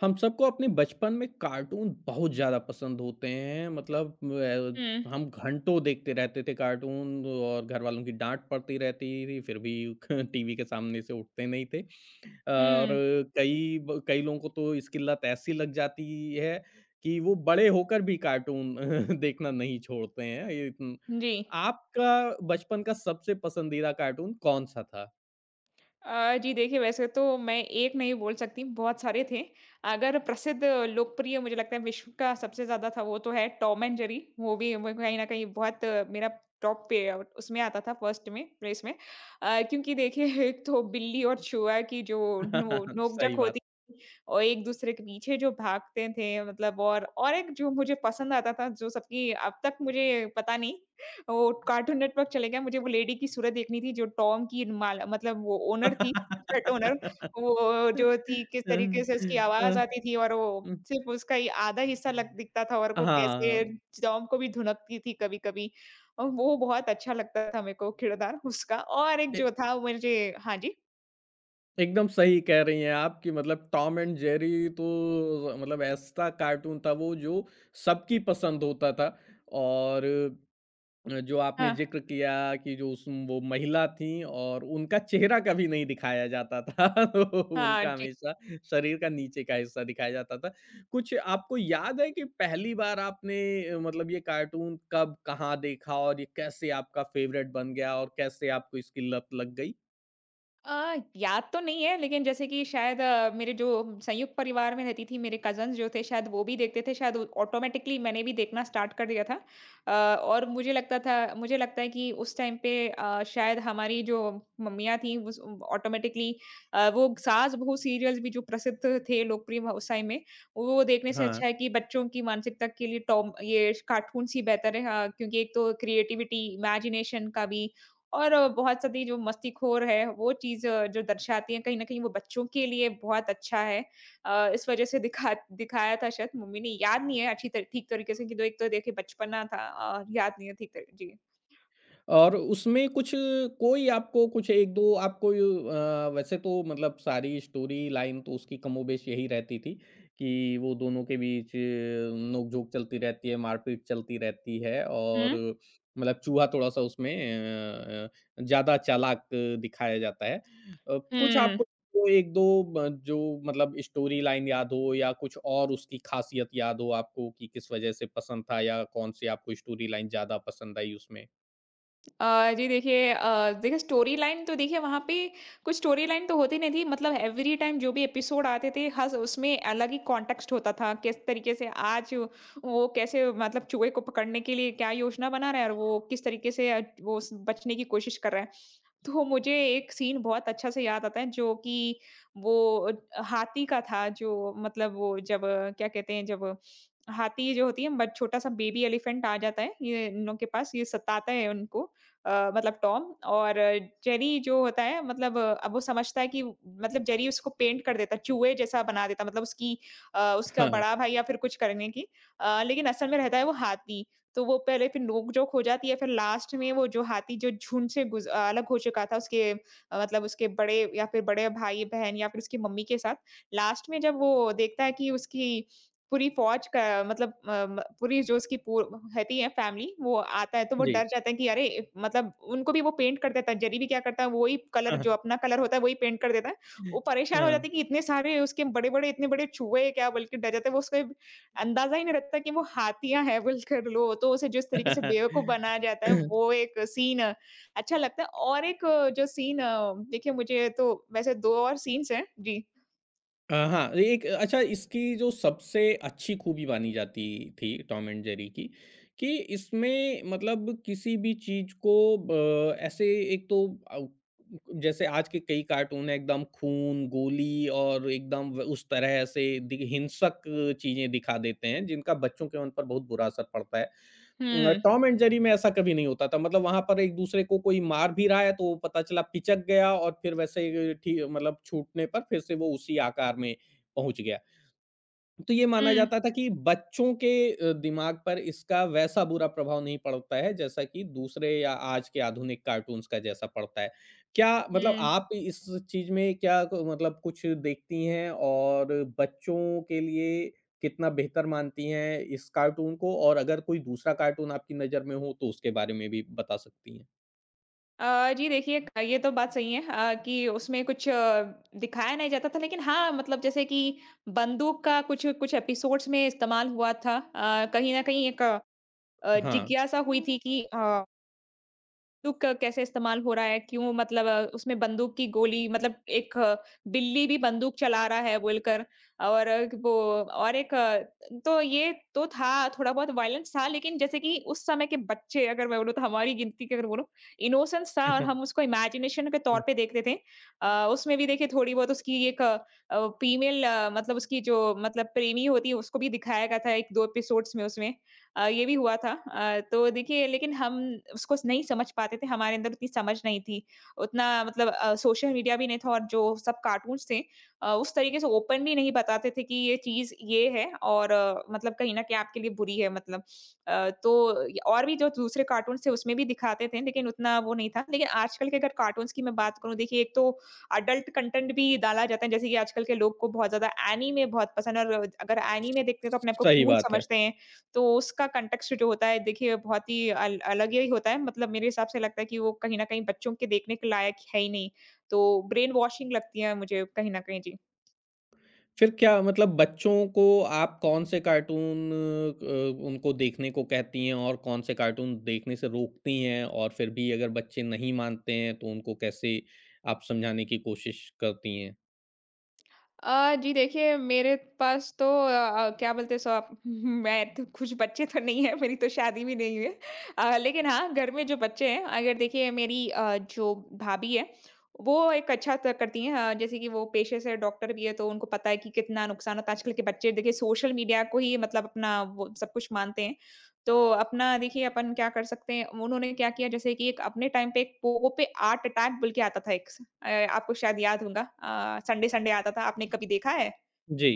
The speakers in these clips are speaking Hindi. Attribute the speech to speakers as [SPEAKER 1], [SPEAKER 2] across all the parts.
[SPEAKER 1] हम सबको अपने बचपन में कार्टून बहुत ज़्यादा पसंद होते हैं।
[SPEAKER 2] हुँ।
[SPEAKER 1] हम घंटों देखते रहते थे कार्टून और घर वालों की डांट पड़ती रहती थी, फिर भी टीवी के सामने से उठते नहीं थे। और
[SPEAKER 2] हुँ,
[SPEAKER 1] कई लोगों को तो इसकी लत ऐसी लग जाती है कि वो बड़े होकर भी कार्टून देखना नहीं छोड़ते हैं।
[SPEAKER 2] जी।
[SPEAKER 1] आपका बचपन का सबसे पसंदीदा कार्टून कौन सा था?
[SPEAKER 2] जी देखिए, वैसे तो मैं एक नहीं बोल सकती, बहुत सारे थे। अगर प्रसिद्ध लोकप्रिय मुझे लगता है विश्व का सबसे ज़्यादा था वो तो है टॉम एंड जेरी, वो भी म कहीं न कहीं बहुत मेरा टॉप पे उसमें आता था फर्स्ट में, प्लेस में। क्योंकि देखिए एक तो बिल्ली और चूहा की जो नो नोक-झोंक
[SPEAKER 1] सही बात।
[SPEAKER 2] होती थी और एक-दूसरे के पीछे जो भागते थे मतलब और एक जो मुझे पसंद आता था, जो सबकी अब तक मुझे पता नहीं वो कार्टून नेटवर्क चले गए, मुझे वो लेडी की सूरत देखनी थी जो टॉम की माल मतलब वो ओनर थी, पेट ओनर। वो जो थी किस तरीके से उसकी आवाज़ आती थी और वो सिर्फ़ उसका ही आधा हिस्सा लग दिखता था और वो
[SPEAKER 1] हाँ,
[SPEAKER 2] कैसे टॉम को भी धुनकती थी कभी-कभी। वो बहुत अच्छा लगता था मेरे को किरदार उसका और एक
[SPEAKER 1] ए
[SPEAKER 2] जो था मुझे हाँ जी।
[SPEAKER 1] एकदम सही कह रही हैं आप कि मतलब टॉम एंड जेरी तो मतलब ऐसा कार्टून था, वो जो सबकी पसंद होता था। और जो आपने
[SPEAKER 2] हाँ।
[SPEAKER 1] ज़िक्र किया कि जो उस वो महिला थीं और उनका चेहरा कभी नहीं दिखाया जाता था। तो
[SPEAKER 2] हाँ
[SPEAKER 1] उनका
[SPEAKER 2] जी।
[SPEAKER 1] हमेशा शरीर का नीचे का हिस्सा दिखाया जाता था। कुछ आपको याद है कि पहली बार आपने मतलब ये कार्टून कब, कहाँ देखा और ये कैसे आपका फ़ेवरेट बन गया और कैसे आपको इसकी लत लग गई?
[SPEAKER 2] याद तो नहीं है लेकिन जैसे कि शायद मेरे जो संयुक्त परिवार में रहती थी मेरे कज़न्स जो थे शायद वो भी देखते थे शायद ऑटोमेटिकली मैंने भी देखना स्टार्ट कर दिया था। अ, और मुझे लगता था मुझे लगता है कि उस टाइम पे शायद हमारी जो मम्मियाँ थीं उस ऑटोमेटिकली वो सास-बहू सीरियल्स भी जो प्रसिद्ध थे लोकप्रिय व उस टाइम में, वो देखने से
[SPEAKER 1] हाँ।
[SPEAKER 2] अच्छा है कि बच्चों की मानसिकता के लिए टॉम ये कार्टून्स ही बेहतर है। हाँ, क्योंकि एक तो क्रिएटिविटी, इमेजिनेशन का भी और बहुत सारी जो मस्तीखोर है, वो चीज़ जो दर्शाती है, कहीं न कहीं वो बच्चों के लिए बहुत अच्छा है। इस वजह से दिखाया था शायद मम्मी ने, याद नहीं है अच्छी त ठीक तरीके से कि तो एक तो देखिए बचपना था और याद नहीं है ठीक तर जी।
[SPEAKER 1] और उसमें कुछ कोई आपको कुछ 1-2 वैसे तो मतलब सारी स्टोरी लाइन तो उसकी कमोबेश यही रहती थी कि वो दोनों के बीच नोक-झोंक चलती रहती है, मारपीट चलती रहती है। और
[SPEAKER 2] हुँ,
[SPEAKER 1] मतलब चूहा थोड़ा-सा उसमें अ ज़्यादा चालाक दिखाया जाता है। कुछ
[SPEAKER 2] हुँ।
[SPEAKER 1] आपको वो 1-2 ब जो मतलब स्टोरी लाइन याद हो या कुछ और उसकी खासियत याद हो आपको कि किस वजह से पसंद था या कौन-सी आपको स्टोरी लाइन ज़्यादा पसंद आई उसमें?
[SPEAKER 2] अ, जी देखिए देखिए स्टोरी लाइन तो देखिए वहाँ पे कुछ स्टोरी लाइन तो होती नहीं थी मतलब एवरी टाइम जो भी एपिसोड आते थे हर उसमें अलग ही कॉन्टेक्स्ट होता था किस तरीके से आज वो कैसे मतलब चूहे को पकड़ने के लिए क्या योजना बना रहा है और वो किस तरीके से वो बचने की कोशिश कर रहा है तो मुझे एक सीन बहुत अच्छा से याद आता है जो कि वो हाथी का था जो मतलब वो जब क्या कहते हैं जब हाथी जो होती है बट छोटा सा बेबी एलिफेंट आ जाता है ये इन लोगों के पास ये सताता है उनको, मतलब टॉम और जेरी जो होता है मतलब अब वो समझता है कि मतलब जेरी उसको पेंट कर देता चूहे जैसा बना देता मतलब उसकी उसका बड़ा भाई या फिर कुछ करने की, लेकिन असल में रहता है वो हाथी तो वो पहले फिर नोक-झोंक हो जाती है, फिर लास्ट में वो जो हाथी जो झुंड से अलग हो चुका था उसके मतलब उसके बड़े या फिर बड़े भाई-बहन या फिर उसकी मम्मी के साथ, लास्ट में जब वो देखता है कि उसकी पूरी फ़ौज का मतलब अ, म पूरी जो उसकी पू रहती है फ़ैमिली, वो आता है तो वो
[SPEAKER 1] जी।
[SPEAKER 2] डर जाता है कि अरे! मतलब उनको भी वो पेंट कर देता है, जरीबी क्या करता है वही कलर
[SPEAKER 1] हाँ,
[SPEAKER 2] जो अपना कलर होता है वही पेंट कर देता है। वो परेशान हो
[SPEAKER 1] हाँ।
[SPEAKER 2] जाते हैं कि इतने सारे उसके बड़े-बड़े इतने बड़े चूहे हैं क्या बल्कि डर जाते हैं, वो उसके अंदाज़ा ही नहीं रहता कि वो हाथियाँ हैं बोलकर लो, तो उसे जिस तरीके से बेवकूफ़ बनाया जाता है, वो एक सीन अच्छा लगता है और एक जो सीन देखिए मुझे तो वैसे 2 और सीन्स हैं। जी।
[SPEAKER 1] हाँ, एक अच्छा इसकी जो सबसे अच्छी खूबी मानी जाती थी टॉम एंड जेरी की, कि इसमें मतलब किसी भी चीज़ को ब ऐसे एक तो अ, जैसे आज के कई कार्टून हैं एकदम खून, गोली और एकदम व उस तरह से दि हिंसक चीज़ें दिखा देते हैं, जिनका बच्चों के मन पर बहुत बुरा असर पड़ता है।
[SPEAKER 2] हुँ,
[SPEAKER 1] टॉम एंड जेरी में ऐसा कभी नहीं होता था। मतलब वहाँ पर एक-दूसरे को कोई मार भी रहा है तो पता चला पिचक गया, और फिर वैसे ही ठी मतलब छूटने पर फिर से वो उसी आकार में पहुँच गया। तो ये माना
[SPEAKER 2] हुँ,
[SPEAKER 1] जाता था कि बच्चों के दिमाग पर इसका वैसा बुरा प्रभाव नहीं पड़ता है, जैसा कि दूसरे या आज के आधुनिक कार्टून्स का जैसा पड़ता है। क्या मतलब
[SPEAKER 2] हुँ।
[SPEAKER 1] आप इस चीज़ में क्या क मतलब कुछ देखती हैं और बच्चों के लिए कितना बेहतर मानती हैं इस कार्टून को? और अगर कोई दूसरा कार्टून आपकी नज़र में हो तो उसके बारे में भी बता सकती हैं?
[SPEAKER 2] जी देखिए क ये तो बात सही है कि उसमें कुछ दिखाया नहीं जाता था लेकिन हाँ, मतलब जैसे कि बंदूक का कुछ कुछ एपिसोड्स में इस्तेमाल हुआ था। कहीं न कहीं एक
[SPEAKER 1] हाँ।
[SPEAKER 2] जिज्ञासा हुई थी कि तो क कैसे इस्तेमाल हो रहा है? क्यों मतलब उसमें बंदूक की गोली मतलब एक बिल्ली भी बंदूक चला रहा है बोलकर और अ, वो और एक अ, तो ये तो था, थोड़ा बहुत वायलेंस था लेकिन जैसे कि उस समय के बच्चे अगर मैं बोलूँ तो हमारी गिनती की अगर बोलूँ, इनोसेंस था और हम उसको इमेजिनेशन के तौर पे देखते थे। उसमें भी देखिए थोड़ी बहुत उसकी एक फीमेल मतलब उसकी जो मतलब प्रेमी होती है उसको भी दिखाया गया था 1-2 एपिसोड्स में उसमें। ये भी हुआ था, तो देखिए लेकिन हम उसको नहीं समझ पाते थे, हमारे अंदर उतनी समझ नहीं थी, उतना मतलब सोशल मीडिया भी नहीं था और जो सब कार्टून्स थे उस तरीके से ओपनली नहीं बताते थे कि ये चीज़ ये है और मतलब कहीं न कहीं आपके लिए बुरी है मतलब। तो य और भी जो दूसरे कार्टून्स थे उसमें भी दिखाते थे, लेकिन उतना वो नहीं था। लेकिन आजकल के अगर कार्टून्स की मैं बात करूँ, देखिए एक तो एडल्ट कंटेंट भी डाला जाता है, जैसे कि आजकल के लोग को बहुत ज़्यादा एनीमे बहुत पसंद है और अगर एनीमे देखते हैं तो अपने आप को
[SPEAKER 1] सही
[SPEAKER 2] कूल
[SPEAKER 1] बात है।
[SPEAKER 2] समझते हैं। तो उसका कॉन्टेक्स्ट जो होता है देखिए बहुत ही अल अलग ही होता है मतलब मेरे हिसाब से लगता है कि वो कहीं न कहीं बच्चों के देखने के लायक है ही नहीं। तो ब्रेन वॉशिंग लगती है मुझे कहीं न कहीं। जी।
[SPEAKER 1] फिर क्या मतलब बच्चों को आप कौन से कार्टून उनको देखने को कहती हैं और कौन से कार्टून देखने से रोकती हैं? और फिर भी अगर बच्चे नहीं मानते हैं तो उनको कैसे आप समझाने की कोशिश करती हैं?
[SPEAKER 2] जी देखिए, मेरे पास तो क्या बोलते हैं सो आप मैं तो कुछ बच्चे तो नहीं है, मेरी तो शादी भी नहीं हुई है। लेकिन हाँ, घर में जो बच्चे हैं अगर देखिए मेरी जो भाभी है, वो एक अच्छा त करती हैं जैसे कि वो पेशे से डॉक्टर भी है, तो उनको पता है कि कितना नुकसान होता है। आजकल के बच्चे देखिए सोशल मीडिया को ही मतलब अपना वो सब कुछ मानते हैं। तो अपना देखिए अपन क्या कर सकते हैं, उन्होंने क्या किया जैसे कि एक अपने टाइम पे एक पोगो पे आर्ट अटैक बोल के आता था एक आपको शायद याद होगा संडे-संडे आता था, आपने कभी देखा है?
[SPEAKER 1] जी।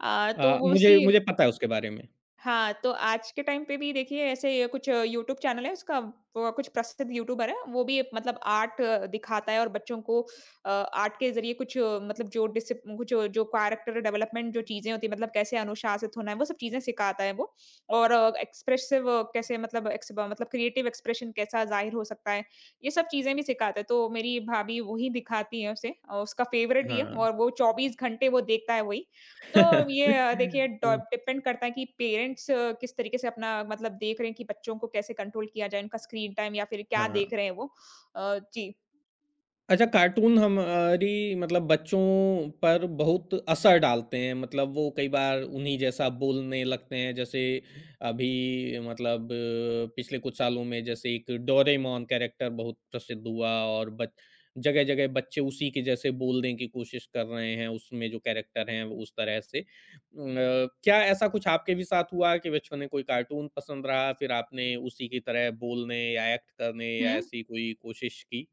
[SPEAKER 2] तो
[SPEAKER 1] अ,
[SPEAKER 2] वो उसी
[SPEAKER 1] मुझे मुझे पता है उसके बारे में।
[SPEAKER 2] हाँ, तो आज के टाइम पे भी देखिए ऐसे ये कुछ यूट्यूब चैनल है उसका वो कुछ प्रसिद्ध यूट्यूबर है, वो भी मतलब आर्ट दिखाता है और बच्चों को आर्ट के ज़रिए कुछ मतलब जो डिसिप कुछ जो कैरेक्टर डेवलपमेंट जो चीज़ें होती हैं मतलब कैसे अनुशासित होना है, वो सब चीज़ें सिखाता है वो। और एक्सप्रेसिव कैसे मतलब एक्स मतलब क्रिएटिव एक्सप्रेशन कैसा ज़ाहिर हो सकता है, ये सब चीज़ें भी सिखाता है। तो मेरी भाभी वही दिखाती हैं उसे और उसका फ़ेवरेट भी है
[SPEAKER 1] हाँ।
[SPEAKER 2] और वो 24 घंटे वो देखता है वही। तो ये देखिए डॉ
[SPEAKER 1] हुँ,
[SPEAKER 2] डिपेंड करता है कि पेरेंट्स किस तरीके से अपना मतलब देख रहे हैं कि बच्चों को कैसे कंट्रोल किया जाए, उनका स्क्रीन टाइम या फिर क्या
[SPEAKER 1] हाँ।
[SPEAKER 2] देख रहे हैं वो? जी।
[SPEAKER 1] अच्छा, कार्टून हमारी मतलब बच्चों पर बहुत असर डालते हैं। मतलब वो कई बार उन्हीं जैसा बोलने लगते हैं, जैसे अभी पिछले कुछ सालों में जैसे एक डोरेमोन कैरेक्टर बहुत प्रसिद्ध हुआ और बच जगह जगह बच्चे उसी के जैसे बोलने की कोशिश कर रहे हैं, उसमें जो कैरेक्टर हैं वो उस तरह से। क्या ऐसा कुछ आपके भी साथ हुआ कि बचपन में कोई कार्टून पसंद रहा, फिर आपने उसी की तरह बोलने या एक्ट करने
[SPEAKER 2] हुँ।
[SPEAKER 1] या ऐसी कोई कोशिश की?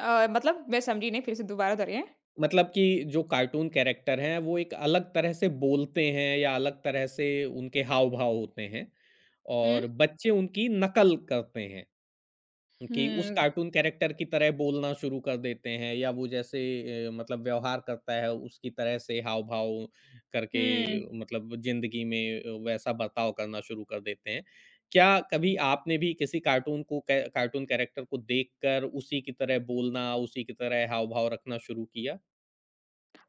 [SPEAKER 2] मतलब मैं समझी नहीं फिर से दोबारा दोहराइए।
[SPEAKER 1] मतलब कि जो कार्टून कैरेक्टर हैं, वो एक अलग तरह से बोलते हैं या अलग तरह से उनके हाव-भाव होते हैं
[SPEAKER 2] हुँ।
[SPEAKER 1] और बच्चे उनकी नकल करते हैं। कि उस
[SPEAKER 2] हुँ,
[SPEAKER 1] कार्टून कैरेक्टर की तरह बोलना शुरू कर देते हैं, या वो जैसे मतलब व्यवहार करता है, उसकी तरह से हाव-भाव करके
[SPEAKER 2] हुँ।
[SPEAKER 1] मतलब ज़िंदगी में वैसा बर्ताव करना शुरू कर देते हैं। क्या कभी आपने भी किसी कार्टून को कै कार्टून कैरेक्टर को देखकर उसी की तरह बोलना, उसी की तरह हाव-भाव रखना शुरू किया?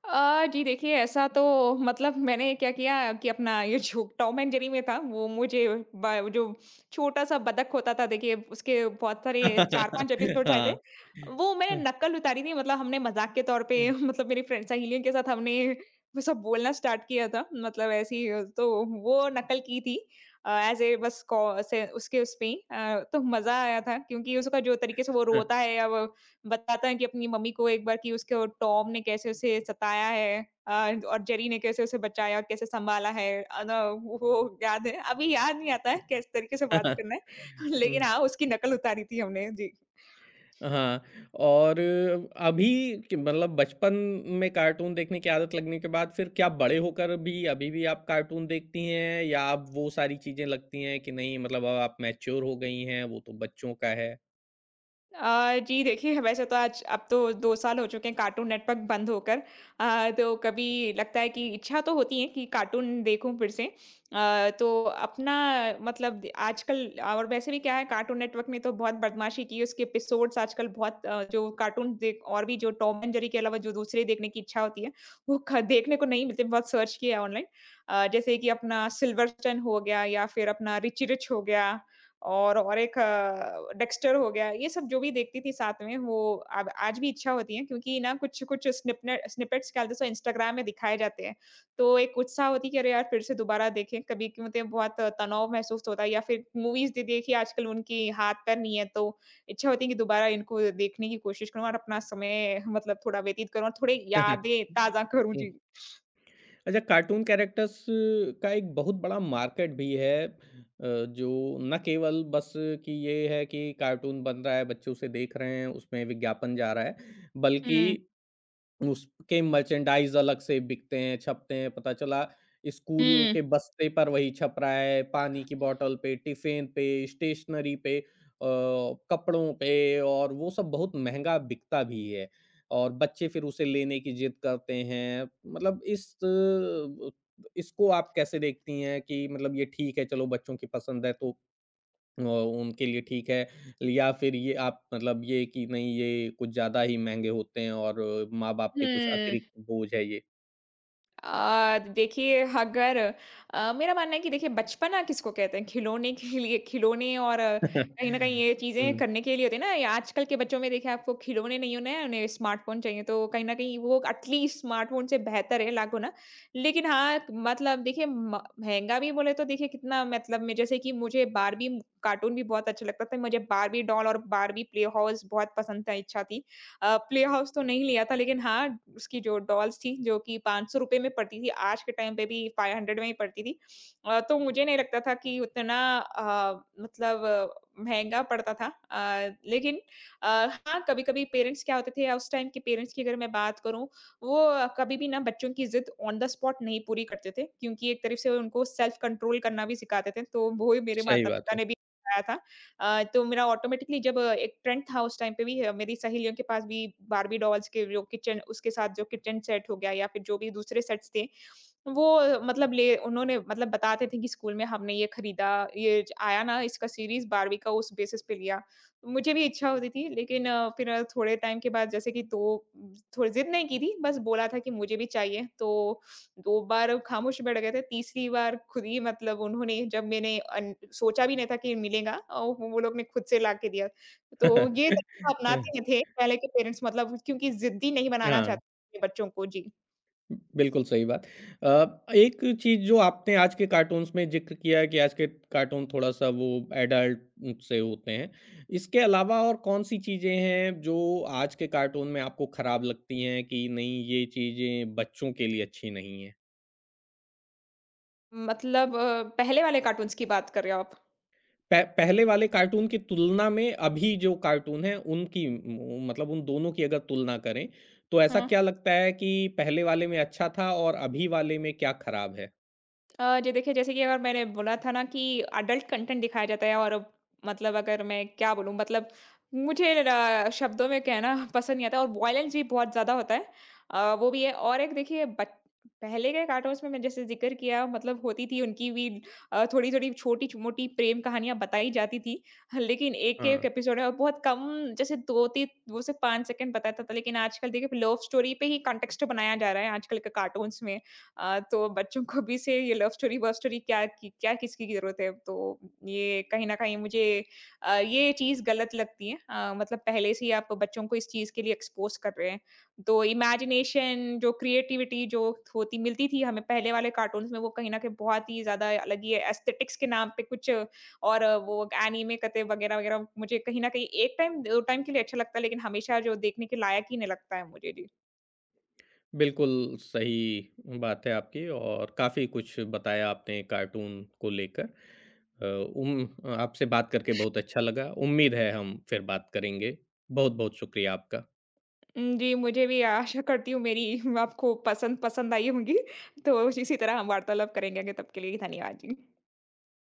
[SPEAKER 2] जी देखिए ऐसा तो मतलब मैंने क्या किया कि अपना ये जो टॉम एंड जेरी में था वो मुझे जो छोटा सा बतख होता था देखिए उसके बहुत सारे चार पांच एपिसोड्स आए थे
[SPEAKER 1] हाँ।
[SPEAKER 2] वो मैंने
[SPEAKER 1] हुँ,
[SPEAKER 2] नकल उतारी थी मतलब हमने मजाक के तौर पे
[SPEAKER 1] हुँ,
[SPEAKER 2] मतलब मेरी फ्रेंड सहेलियों के साथ हमने वो सब बोलना स्टार्ट किया था मतलब ऐसी तो वो नकल की थी एज ए बस से उसके उस पे ही, तो मजा आया था क्योंकि उसका जो तरीके से वो
[SPEAKER 1] हाँ,
[SPEAKER 2] रोता है अब बताता है कि अपनी मम्मी को एक बार कि उसको टॉम ने कैसे उसे सताया है, अ, और जेरी ने कैसे उसे बचाया और कैसे सँभाला है। ना वो याद है, अभी याद नहीं आता है किस तरीके से बात
[SPEAKER 1] हाँ।
[SPEAKER 2] करना है।
[SPEAKER 1] हुँ,
[SPEAKER 2] लेकिन हाँ, उसकी नकल उतारी थी हमने। जी।
[SPEAKER 1] हाँ। और अभी कि मतलब बचपन में कार्टून देखने की आदत लगने के बाद, फिर क्या बड़े होकर भी अभी भी आप कार्टून देखती हैं, या आप वो सारी चीज़ें लगती हैं कि नहीं मतलब अब आप मैच्योर हो गई हैं, वो तो बच्चों का है?
[SPEAKER 2] जी देखिए, वैसे तो आज अब तो 2 साल हो चुके हैं कार्टून नेटवर्क बंद होकर। तो कभी लगता है कि इच्छा तो होती है कि कार्टून देखूँ फिर से। तो अपना मतलब आजकल और वैसे भी क्या है कार्टून नेटवर्क ने तो बहुत बदमाशी की है, उसके एपिसोड्स आजकल बहुत जो कार्टून देख और भी जो टॉम एंड जेरी के अलावा जो दूसरे देखने की इच्छा होती है, वो ख देखने को नहीं मिलते, बहुत सर्च किया है ऑनलाइन। जैसे कि अपना सिल्वरस्टोन हो गया या फिर अपना रिची रिच हो गया। और एक डेक्स्टर हो गया, ये सब जो भी देखती थी साथ में वो अब आज भी इच्छा होती है क्योंकि ना कुछ-कुछ स्निपने स्निपेट्स क्या बोलते हैं इंस्टाग्राम में दिखाए जाते हैं। तो एक उत्साह होती है कि अरे यार फिर से दोबारा देखें, कभी क्यों होते हैं बहुत तनाव महसूस होता है या फिर मूवीज़ दे देखिए आजकल उनकी हाथ-पैर नहीं है तो इच्छा होती है कि दोबारा इनको देखने की कोशिश करूँ और अपना समय मतलब थोड़ा व्यतीत करूँ और थोड़ी यादें ताज़ा करूँ। जी।
[SPEAKER 1] हुँ। अच्छा, कार्टून कैरेक्टर्स का एक बहुत बड़ा मार्केट भी है। जो न केवल बस कि ये है कि कार्टून बन रहा है, बच्चे उसे देख रहे हैं, उसमें विज्ञापन जा रहा है, बल्कि
[SPEAKER 2] हुँ।
[SPEAKER 1] उसके मर्चेंडाइज अलग से बिकते हैं, छपते हैं, पता चला स्कूल
[SPEAKER 2] हुँ,
[SPEAKER 1] के बस्ते पर वही छप रहा है, पानी की बॉटल पे, टिफ़िन पे, स्टेशनरी पे, अ, कपड़ों पे, और वो सब बहुत महँगा बिकता भी है, और बच्चे फिर उसे लेने की ज़िद करते हैं। मतलब इस अ, इसको आप कैसे देखती हैं कि मतलब ये ठीक है, चलो बच्चों की पसंद है तो और उनके लिए ठीक है, या फिर ये आप मतलब ये कि नहीं ये कुछ ज़्यादा ही महँगे होते हैं और माँ-बाप पे कुछ
[SPEAKER 2] हुँ।
[SPEAKER 1] अतिरिक्त बोझ है ये।
[SPEAKER 2] अ, देखिए अगर मेरा मानना है कि देखिए बचपना किसको कहते हैं खिलौने के लिए खिलौने और कहीं न कहीं ये चीज़ें
[SPEAKER 1] हुँ,
[SPEAKER 2] करने के लिए होती है ना, ये आजकल के बच्चों में देखिए आपको खिलौने नहीं होने हैं, उन्हें स्मार्टफ़ोन चाहिए, तो कहीं न कहीं वो एटलीस्ट स्मार्टफ़ोन से बेहतर है लाखों ना। लेकिन हाँ, मतलब देखिए म महँगा भी बोले तो देखिए कितना मतलब में जैसे कि मुझे बार्बी कार्टून भी बहुत अच्छा लगता था, मुझे बार्बी डॉल और बार्बी प्ले हाउस बहुत पसंद था, इच्छा थी। प्ले हाउस तो नहीं लिया था लेकिन हाँ, उसकी जो डॉल्स थी जो कि ₹500 में पड़ती थी, आज के टाइम पे भी 500 में ही पड़ती थी। तो मुझे नहीं लगता था कि उतना मतलब महँगा पड़ता था। लेकिन हाँ, कभी-कभी पेरेंट्स क्या होते थे या उस टाइम के पेरेंट्स की अगर मैं बात करूँ, वो कभी भी ना बच्चों की ज़िद ऑन द स्पॉट नहीं पूरी करते थे, क्योंकि एक तरफ से उनको सेल्फ कंट्रोल करना भी सिखाते थे, तो वो ही मेरे
[SPEAKER 1] सही बात
[SPEAKER 2] माता-पिता
[SPEAKER 1] है।
[SPEAKER 2] ने भी सिखाया था। तो मेरा ऑटोमेटिकली जब एक ट्रेंड था उस टाइम पे भी मेरी सहेलियों के पास भी बार्बी डॉल्स के जो किचन उसके साथ जो किचन सेट हो गया या फिर जो भी दूसरे सेट्स थे वो मतलब ले उन्होंने मतलब बताते थे कि स्कूल में हमने ये खरीदा, ये ज आया ना इसका सीरीज़ बारहवीं का उस बेसिस पे लिया। मुझे भी इच्छा होती थी लेकिन फिर थोड़े टाइम के बाद जैसे कि 2 थोड़ी ज़िद नहीं की थी, बस बोला था कि मुझे भी चाहिए, तो 2 बार खामोश बैठ गए थे, तीसरी बार खुद ही मतलब उन्होंने जब मैंने अन सोचा भी नहीं था कि मिलेगा, वो लोग ने खुद से ला के दिया। तो ये तरीका
[SPEAKER 1] अ,
[SPEAKER 2] अपनाते नहीं थे पहले के पेरेंट्स मतलब क्योंकि ज़िद्दी नहीं बनाना
[SPEAKER 1] हाँ,
[SPEAKER 2] चाहते थे बच्चों को। जी।
[SPEAKER 1] बिल्कुल सही बात। एक चीज़ जो आपने आज के कार्टून्स में ज़िक्र किया है कि आज के कार्टून थोड़ा-सा वो एडल्ट से होते हैं। इसके अलावा और कौन-सी चीज़ें हैं जो आज के कार्टून में आपको खराब लगती हैं कि नहीं ये चीज़ें बच्चों के लिए अच्छी नहीं है?
[SPEAKER 2] मतलब पहले वाले कार्टून्स की बात कर रहे हो आप?
[SPEAKER 1] पह पहले वाले कार्टून की तुलना में अभी जो कार्टून हैं उनकी म मतलब उन दोनों की अगर तुलना करें, तो ऐसा क्या
[SPEAKER 2] हाँ।
[SPEAKER 1] लगता है कि पहले वाले में अच्छा था और अभी वाले में क्या खराब है?
[SPEAKER 2] जी देखिए, जैसे कि अगर मैंने बोला था ना कि अडल्ट कंटेंट दिखाया जाता है और अब मतलब अगर मैं क्या बोलूँ मतलब मुझे शब्दों में कहना पसंद नहीं आता और वॉयलेंस भी बहुत ज़्यादा होता है। वो भी है और एक देखिए बच पहले के कार्टून्स में मैं जैसे ज़िक्र किया मतलब होती थी उनकी भी थोड़ी-थोड़ी छोटी-मोटी प्रेम कहानियाँ बताई जाती थी। लेकिन एक-एक
[SPEAKER 1] हाँ।
[SPEAKER 2] एपिसोड है और बहुत कम जैसे 2-3 2 से 5 सेकंड बताया जाता था लेकिन आजकल देखिए लव स्टोरी पे ही कॉन्टेक्स्ट बनाया जा रहा है आजकल के कार्टून्स में। तो बच्चों को भी से ये लव स्टोरी, वव स्टोरी क्या कि क्या किसकी की ज़रूरत है? तो ये कहीं न कहीं मुझे ये चीज़ गलत लगती है। अ, मतलब पहले से ही आप बच्चों को इस चीज़ के लिए एक्सपोज़ कर रहे हैं। तो इमेजिनेशन जो क्रिएटिविटी जो होती मिलती थी हमें पहले वाले कार्टून्स में वो कहीं न कहीं बहुत ही ज़्यादा अलग ही एस्थेटिक्स के नाम पे कुछ और वो एनीमे कते वगैरह-वगैरह मुझे कहीं न कहीं एक टाइम, 2 टाइम के लिए अच्छा लगता है, लेकिन हमेशा जो देखने के लायक ही नहीं लगता है मुझे। जी।
[SPEAKER 1] बिल्कुल सही बात है आपकी, और काफ़ी कुछ बताया आपने कार्टून को लेकर। अ, उम, आपसे बात करके बहुत अच्छा लगा। उम्मीद है हम फिर बात करेंगे। बहुत-बहुत शुक्रिया आपका।
[SPEAKER 2] जी, मुझे भी आशा करती हूँ मेरी आपको पसंद पसंद आई होंगी। तो इसी तरह हम वार्तालाप करेंगे आगे, तब के लिए धन्यवाद जी।